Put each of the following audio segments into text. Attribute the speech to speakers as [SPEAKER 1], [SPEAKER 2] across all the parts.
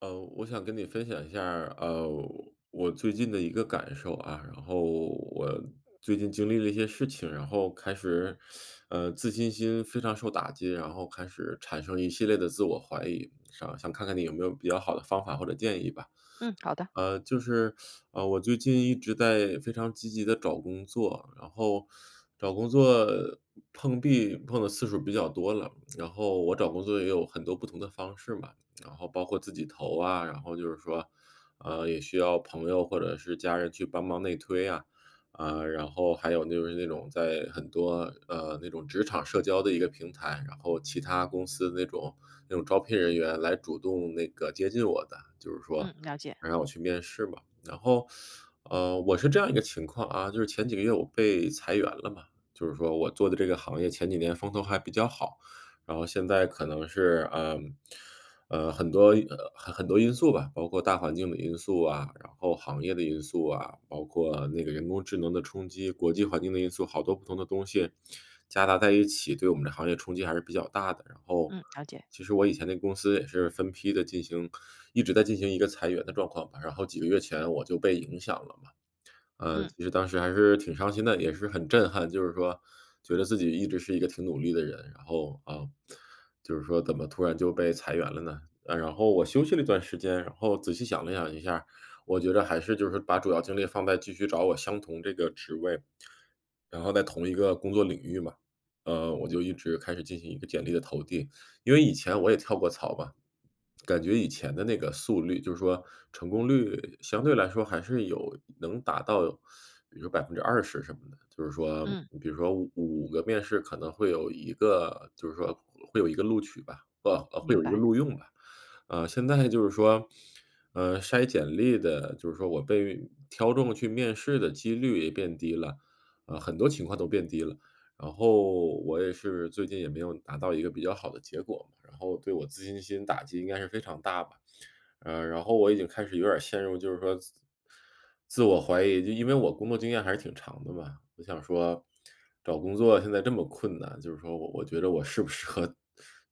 [SPEAKER 1] 我想跟你分享一下儿我最近的一个感受啊，然后我最近经历了一些事情，然后开始，自信心非常受打击，然后开始产生一系列的自我怀疑，想想看看你有没有比较好的方法或者建议吧。
[SPEAKER 2] 嗯，好的。
[SPEAKER 1] 就是，我最近一直在非常积极的找工作，然后找工作碰壁碰的次数比较多了，然后我找工作也有很多不同的方式嘛，然后包括自己投啊，然后就是说，也需要朋友或者是家人去帮忙内推啊，啊，然后还有就是那种在很多，那种职场社交的一个平台，然后其他公司那种招聘人员来主动那个接近我的，就是说
[SPEAKER 2] 嗯，了解。
[SPEAKER 1] 让我去面试嘛。然后，我是这样一个情况啊，就是前几个月我被裁员了嘛，就是说我做的这个行业前几年风头还比较好，然后现在可能是，很多因素吧，包括大环境的因素啊，然后行业的因素啊，包括那个人工智能的冲击，国际环境的因素，好多不同的东西夹杂在一起，对我们这行业冲击还是比较大的。然后。
[SPEAKER 2] 嗯，了解。
[SPEAKER 1] 其实我以前那公司也是分批的进行一直在进行一个裁员的状况吧，然后几个月前我就被影响了嘛。
[SPEAKER 2] 嗯
[SPEAKER 1] 其实当时还是挺伤心的，也是很震撼，就是说觉得自己一直是一个挺努力的人，然后，啊，就是说怎么突然就被裁员了呢？啊，然后我休息了一段时间，然后仔细想了想一下，我觉得还是就是把主要精力放在继续找我相同这个职位，然后在同一个工作领域嘛，我就一直开始进行一个简历的投递。因为以前我也跳过槽嘛，感觉以前的那个速率，就是说成功率相对来说还是有能达到，比如说20%什么的。就是说，
[SPEAKER 2] 嗯，
[SPEAKER 1] 比如说五个面试可能会有一个就是说会有一个录取吧，会
[SPEAKER 2] 明
[SPEAKER 1] 有一个
[SPEAKER 2] 白，
[SPEAKER 1] 录用吧。现在就是说，筛简历的，就是说我被挑中去面试的几率也变低了，很多情况都变低了。然后我也是最近也没有拿到一个比较好的结果嘛，然后对我自信心打击应该是非常大吧。然后我已经开始有点儿陷入就是说自我怀疑，就因为我工作经验还是挺长的嘛，我想说找工作现在这么困难，就是说我觉得我适不适合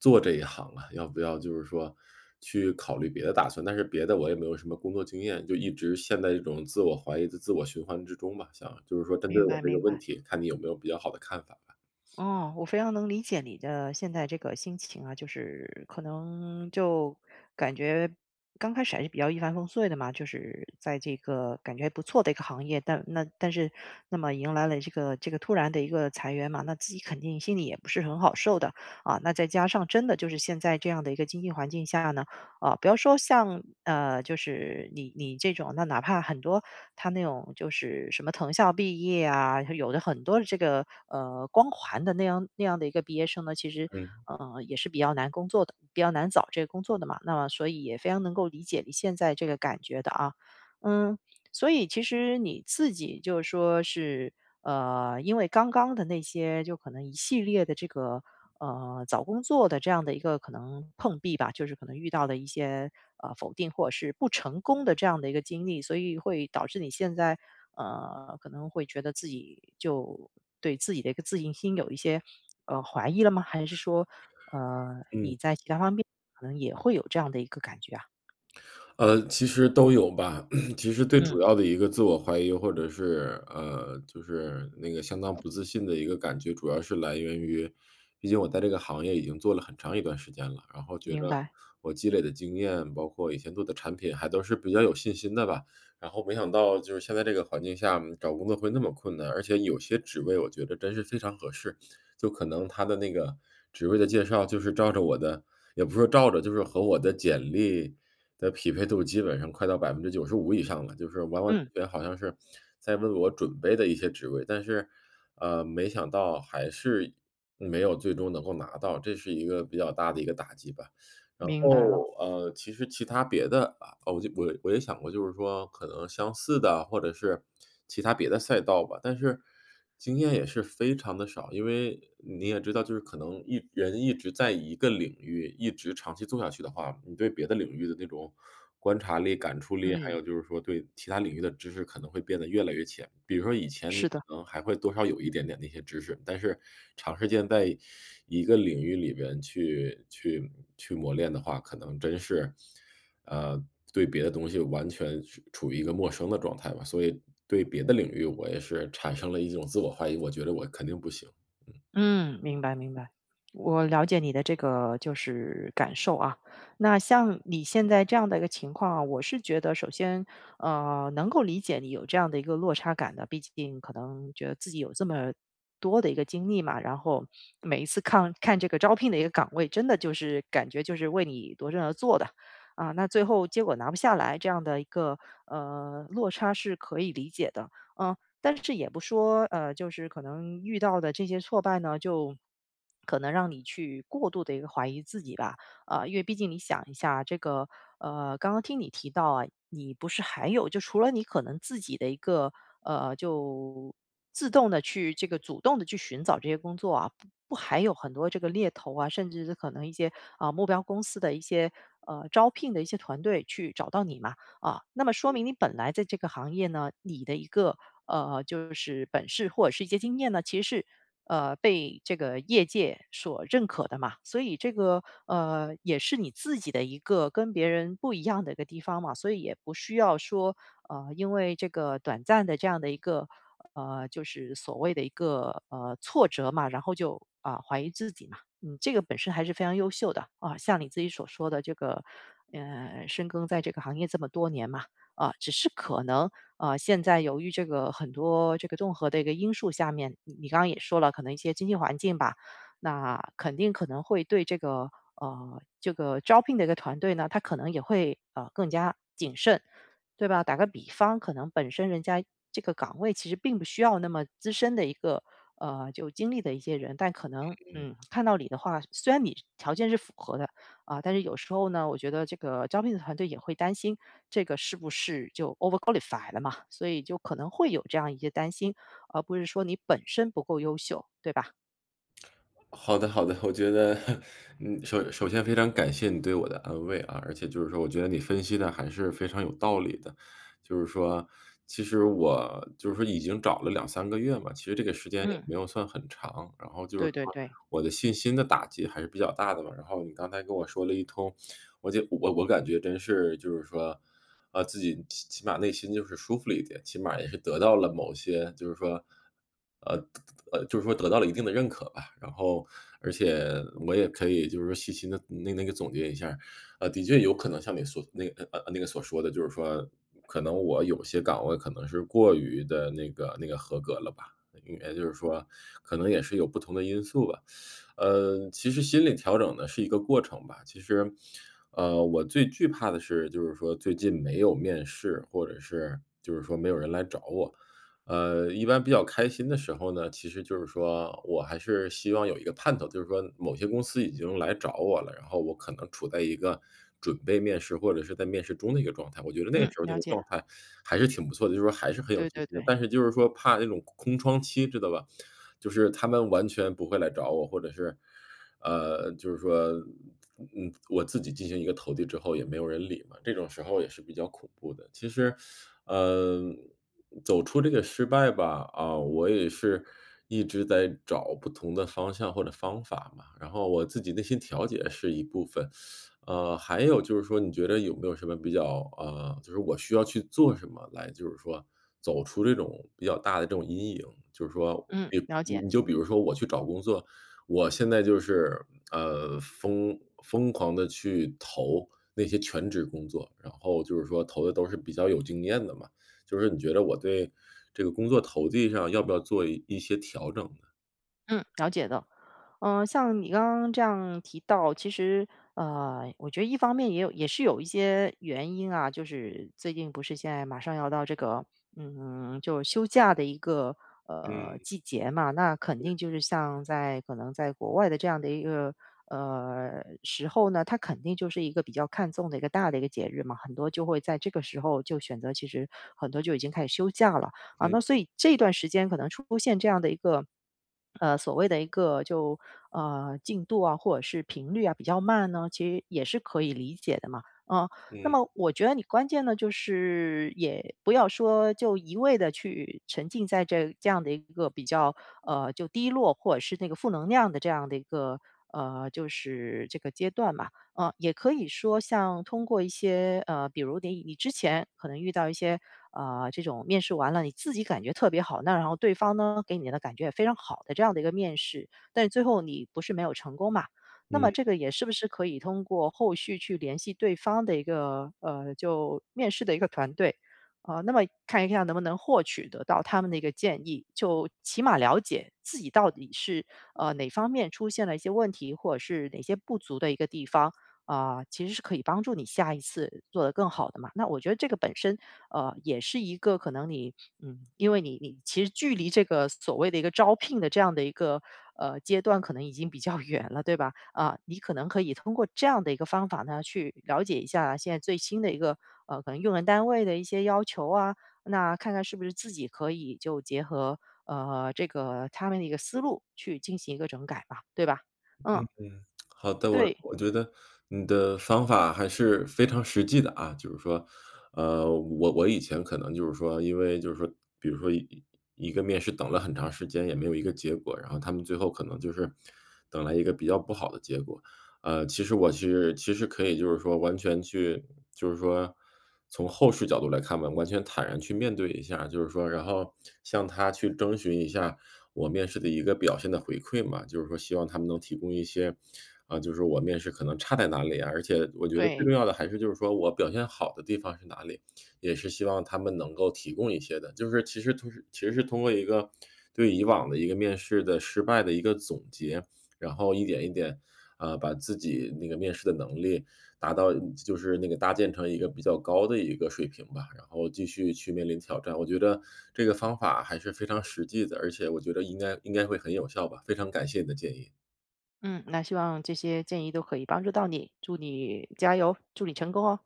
[SPEAKER 1] 做这一行啊？要不要就是说去考虑别的打算？但是别的我也没有什么工作经验，就一直陷在这种自我怀疑的自我循环之中吧。想就是说针
[SPEAKER 2] 明
[SPEAKER 1] 对我
[SPEAKER 2] 白，
[SPEAKER 1] 这个
[SPEAKER 2] 明
[SPEAKER 1] 问
[SPEAKER 2] 白。
[SPEAKER 1] 题，看你有没有比较好的看法。
[SPEAKER 2] 哦，我非常能理解你的现在这个心情啊，就是可能就感觉刚开始还是比较一帆风顺的嘛，就是在这个感觉还不错的一个行业，但是那么迎来了这个突然的一个裁员嘛，那自己肯定心里也不是很好受的啊。那再加上真的就是现在这样的一个经济环境下呢。啊，比要说像就是你这种，那哪怕很多他那种就是什么藤校毕业啊，有的很多的这个光环的那样那样的一个毕业生呢，其实
[SPEAKER 1] 嗯，
[SPEAKER 2] 也是比较难工作的，比较难找这个工作的嘛。那么所以也非常能够理解你现在这个感觉的啊。嗯，所以其实你自己就是说是。因为刚刚的那些，就可能一系列的这个找工作的这样的一个可能碰壁吧，就是可能遇到的一些否定或者是不成功的这样的一个经历，所以会导致你现在可能会觉得自己就对自己的一个自信心有一些怀疑了吗？还是说
[SPEAKER 1] 嗯，
[SPEAKER 2] 你在其他方面可能也会有这样的一个感觉啊？
[SPEAKER 1] 其实都有吧。其实最
[SPEAKER 2] 嗯，
[SPEAKER 1] 主要的一个自我怀疑，或者是就是那个相当不自信的一个感觉，主要是来源于，毕竟我在这个行业已经做了很长一段时间了，然后觉
[SPEAKER 2] 明
[SPEAKER 1] 得
[SPEAKER 2] 白。
[SPEAKER 1] 我积累的经验，包括以前做的产品，还都是比较有信心的吧。然后没想到就是现在这个环境下，找工作会那么困难，而且有些职位我觉得真是非常合适，就可能他的那个职位的介绍就是照着我的也不是说照着，就是和我的简历的匹配度基本上快到95%以上了，就是完完
[SPEAKER 2] 嗯，
[SPEAKER 1] 全全好像是在为我准备的一些职位，但是，没想到还是没有最终能够拿到，这是一个比较大的一个打击吧。然
[SPEAKER 2] 明白了。
[SPEAKER 1] 后，其实其他别的啊，我也想过，就是说可能相似的，或者是其他别的赛道吧，但是经验也是非常的少。因为你也知道，就是可能一人一直在一个领域一直长期做下去的话，你对别的领域的那种观察力、感触力，还
[SPEAKER 2] 嗯，
[SPEAKER 1] 有就是说对其他领域的知识可能会变得越来越浅。比如说以前你
[SPEAKER 2] 是的。
[SPEAKER 1] 可能还会多少有一点点那些知识，但是长时间在一个领域里边去磨练的话，可能真是，呃，对别的东西完全是处于一个陌生的状态吧。所以对别的领域，我也是产生了一种自我怀疑，我觉得我肯定不行。
[SPEAKER 2] 嗯，明白明白，我了解你的这个就是感受啊。那像你现在这样的一个情况啊，我是觉得首先，能够理解你有这样的一个落差感的，毕竟可能觉得自己有这么多的一个经历嘛，然后每一次看看这个招聘的一个岗位，真的就是感觉就是为你夺阵而做的啊，那最后结果拿不下来这样的一个落差是可以理解的。嗯，但是也不说，就是可能遇到的这些挫败呢，就可能让你去过度的一个怀疑自己吧，啊，因为毕竟你想一下，这个，刚刚听你提到啊，你不是还有就除了你可能自己的一个，就自动的去这个主动的去寻找这些工作啊，不不还有很多这个猎头啊，甚至是可能一些啊，目标公司的一些招聘的一些团队去找到你嘛。啊，那么说明你本来在这个行业呢，你的一个就是本事或者是一些经验呢，其实是被这个业界所认可的嘛。所以这个也是你自己的一个跟别人不一样的一个地方嘛，所以也不需要说因为这个短暂的这样的一个就是所谓的一个挫折嘛，然后就怀疑自己嘛。嗯，这个本身还是非常优秀的啊。像你自己所说的这个，深耕在这个行业这么多年嘛，啊，只是可能啊，现在由于这个很多这个综合的一个因素下面，你刚刚也说了，可能一些经济环境吧，那肯定可能会对这个招聘的一个团队呢，他可能也会更加谨慎。对吧？打个比方，可能本身人家这个岗位其实并不需要那么资深的一个就经历的一些人，但可能看到你的话，虽然你条件是符合的啊，但是有时候呢，我觉得这个招聘的团队也会担心这个是不是就 over qualified 了嘛，所以就可能会有这样一些担心，而不是说你本身不够优秀，对吧？
[SPEAKER 1] 好的，好的，我觉得，嗯，首先非常感谢你对我的安慰啊，而且就是说，我觉得你分析的还是非常有道理的。就是说，其实我就是说已经找了两三个月嘛，其实这个时间也
[SPEAKER 2] 嗯，
[SPEAKER 1] 没有算很长。然后就是
[SPEAKER 2] 对对
[SPEAKER 1] 说，
[SPEAKER 2] 对。
[SPEAKER 1] 我的信心的打击还是比较大的嘛。然后你刚才跟我说了一通，我就我我感觉真是就是说，啊，自己起码内心就是舒服了一点，起码也是得到了某些就是说，呃就是说得到了一定的认可吧。然后，而且我也可以就是说细心的那个总结一下的确有可能像你所那个所说的，就是说可能我有些岗位可能是过于的那个合格了吧。应该就是说，可能也是有不同的因素吧。其实心理调整呢是一个过程吧。其实，我最惧怕的是，就是说最近没有面试，或者是就是说没有人来找我。一般比较开心的时候呢，其实就是说我还是希望有一个盼头，就是说某些公司已经来找我了，然后我可能处在一个准备面试或者是在面试中的一个状态。我觉得那个
[SPEAKER 2] 嗯，
[SPEAKER 1] 时候那
[SPEAKER 2] 了
[SPEAKER 1] 个
[SPEAKER 2] 解。
[SPEAKER 1] 状态还是挺不错的，就是说还是很有
[SPEAKER 2] 对
[SPEAKER 1] 信
[SPEAKER 2] 对
[SPEAKER 1] 心的。
[SPEAKER 2] 对。
[SPEAKER 1] 但是就是说怕那种空窗期，知道吧？就是他们完全不会来找我，或者是就是说，我自己进行一个投递之后也没有人理嘛，这种时候也是比较恐怖的。其实，呃，走出这个失败吧，啊，我也是一直在找不同的方向或者方法嘛，然后我自己内心调节是一部分，还有就是说，你觉得有没有什么比较，就是我需要去做什么来，就是说走出这种比较大的这种阴影，就是说，
[SPEAKER 2] 嗯，
[SPEAKER 1] 比
[SPEAKER 2] 了解。
[SPEAKER 1] 你就比如说我去找工作，我现在就是疯狂的去投那些全职工作，然后就是说投的都是比较有经验的嘛。就是你觉得我对这个工作投递上要不要做一些调整呢？
[SPEAKER 2] 嗯，了解的。嗯，像你刚刚这样提到，其实我觉得一方面也是有一些原因啊，就是最近不是现在马上要到这个就休假的一个
[SPEAKER 1] 嗯
[SPEAKER 2] 季节嘛，那肯定就是像在可能在国外的这样的一个时候呢，它肯定就是一个比较看重的一个大的一个节日嘛，很多就会在这个时候就选择，其实很多就已经开始休假了。啊，
[SPEAKER 1] 嗯
[SPEAKER 2] 那所以这段时间可能出现这样的一个，所谓的一个就进度啊，或者是频率啊比较慢呢，其实也是可以理解的嘛。啊，那
[SPEAKER 1] 嗯。
[SPEAKER 2] 么我觉得你关键呢，就是也不要说就一味的去沉浸在这样的一个比较就低落或者是那个负能量的这样的一个就是这个阶段嘛。也可以说像通过一些比如你之前可能遇到一些这种面试完了，你自己感觉特别好，那然后对方呢给你的感觉也非常好的这样的一个面试，但是最后你不是没有成功嘛？那
[SPEAKER 1] 嗯。
[SPEAKER 2] 么这个也是不是可以通过后续去联系对方的一个就面试的一个团队，啊，那么看一下能不能获取得到他们的一个建议，就起码了解自己到底是哪方面出现了一些问题，或者是哪些不足的一个地方。啊，其实是可以帮助你下一次做得更好的嘛。那我觉得这个本身，也是一个可能你，因为你其实距离这个所谓的一个招聘的这样的一个阶段，可能已经比较 远了，对吧？啊，你可能可以通过这样的一个方法呢，去了解一下现在最新的一个可能用人单位的一些要求啊，那看看是不是自己可以就结合这个他们的一个思路去进行一个整改吧，对吧？嗯，
[SPEAKER 1] 好的，我
[SPEAKER 2] 对
[SPEAKER 1] 我觉得你的方法还是非常实际的啊，就是说，我以前可能就是说，因为就是说，比如说一个面试等了很长时间也没有一个结果，然后他们最后可能就是等来一个比较不好的结果。其实我是其实可以就是说完全去，就是说从后视角度来看吧，完全坦然去面对一下，就是说，然后向他去征询一下我面试的一个表现的回馈嘛，就是说希望他们能提供一些啊，就是我面试可能差在哪里啊，而且我觉得最
[SPEAKER 2] 对。
[SPEAKER 1] 重要的还是就是说我表现好的地方是哪里，也是希望他们能够提供一些的。就是其实通是其实是通过一个对以往的一个面试的失败的一个总结，然后一点一点，啊，把自己那个面试的能力达到就是那个搭建成一个比较高的一个水平吧，然后继续去面临挑战。我觉得这个方法还是非常实际的，而且我觉得应该会很有效吧，非常感谢你的建议。
[SPEAKER 2] 嗯，那希望这些建议都可以帮助到你，祝你加油，祝你成功哦。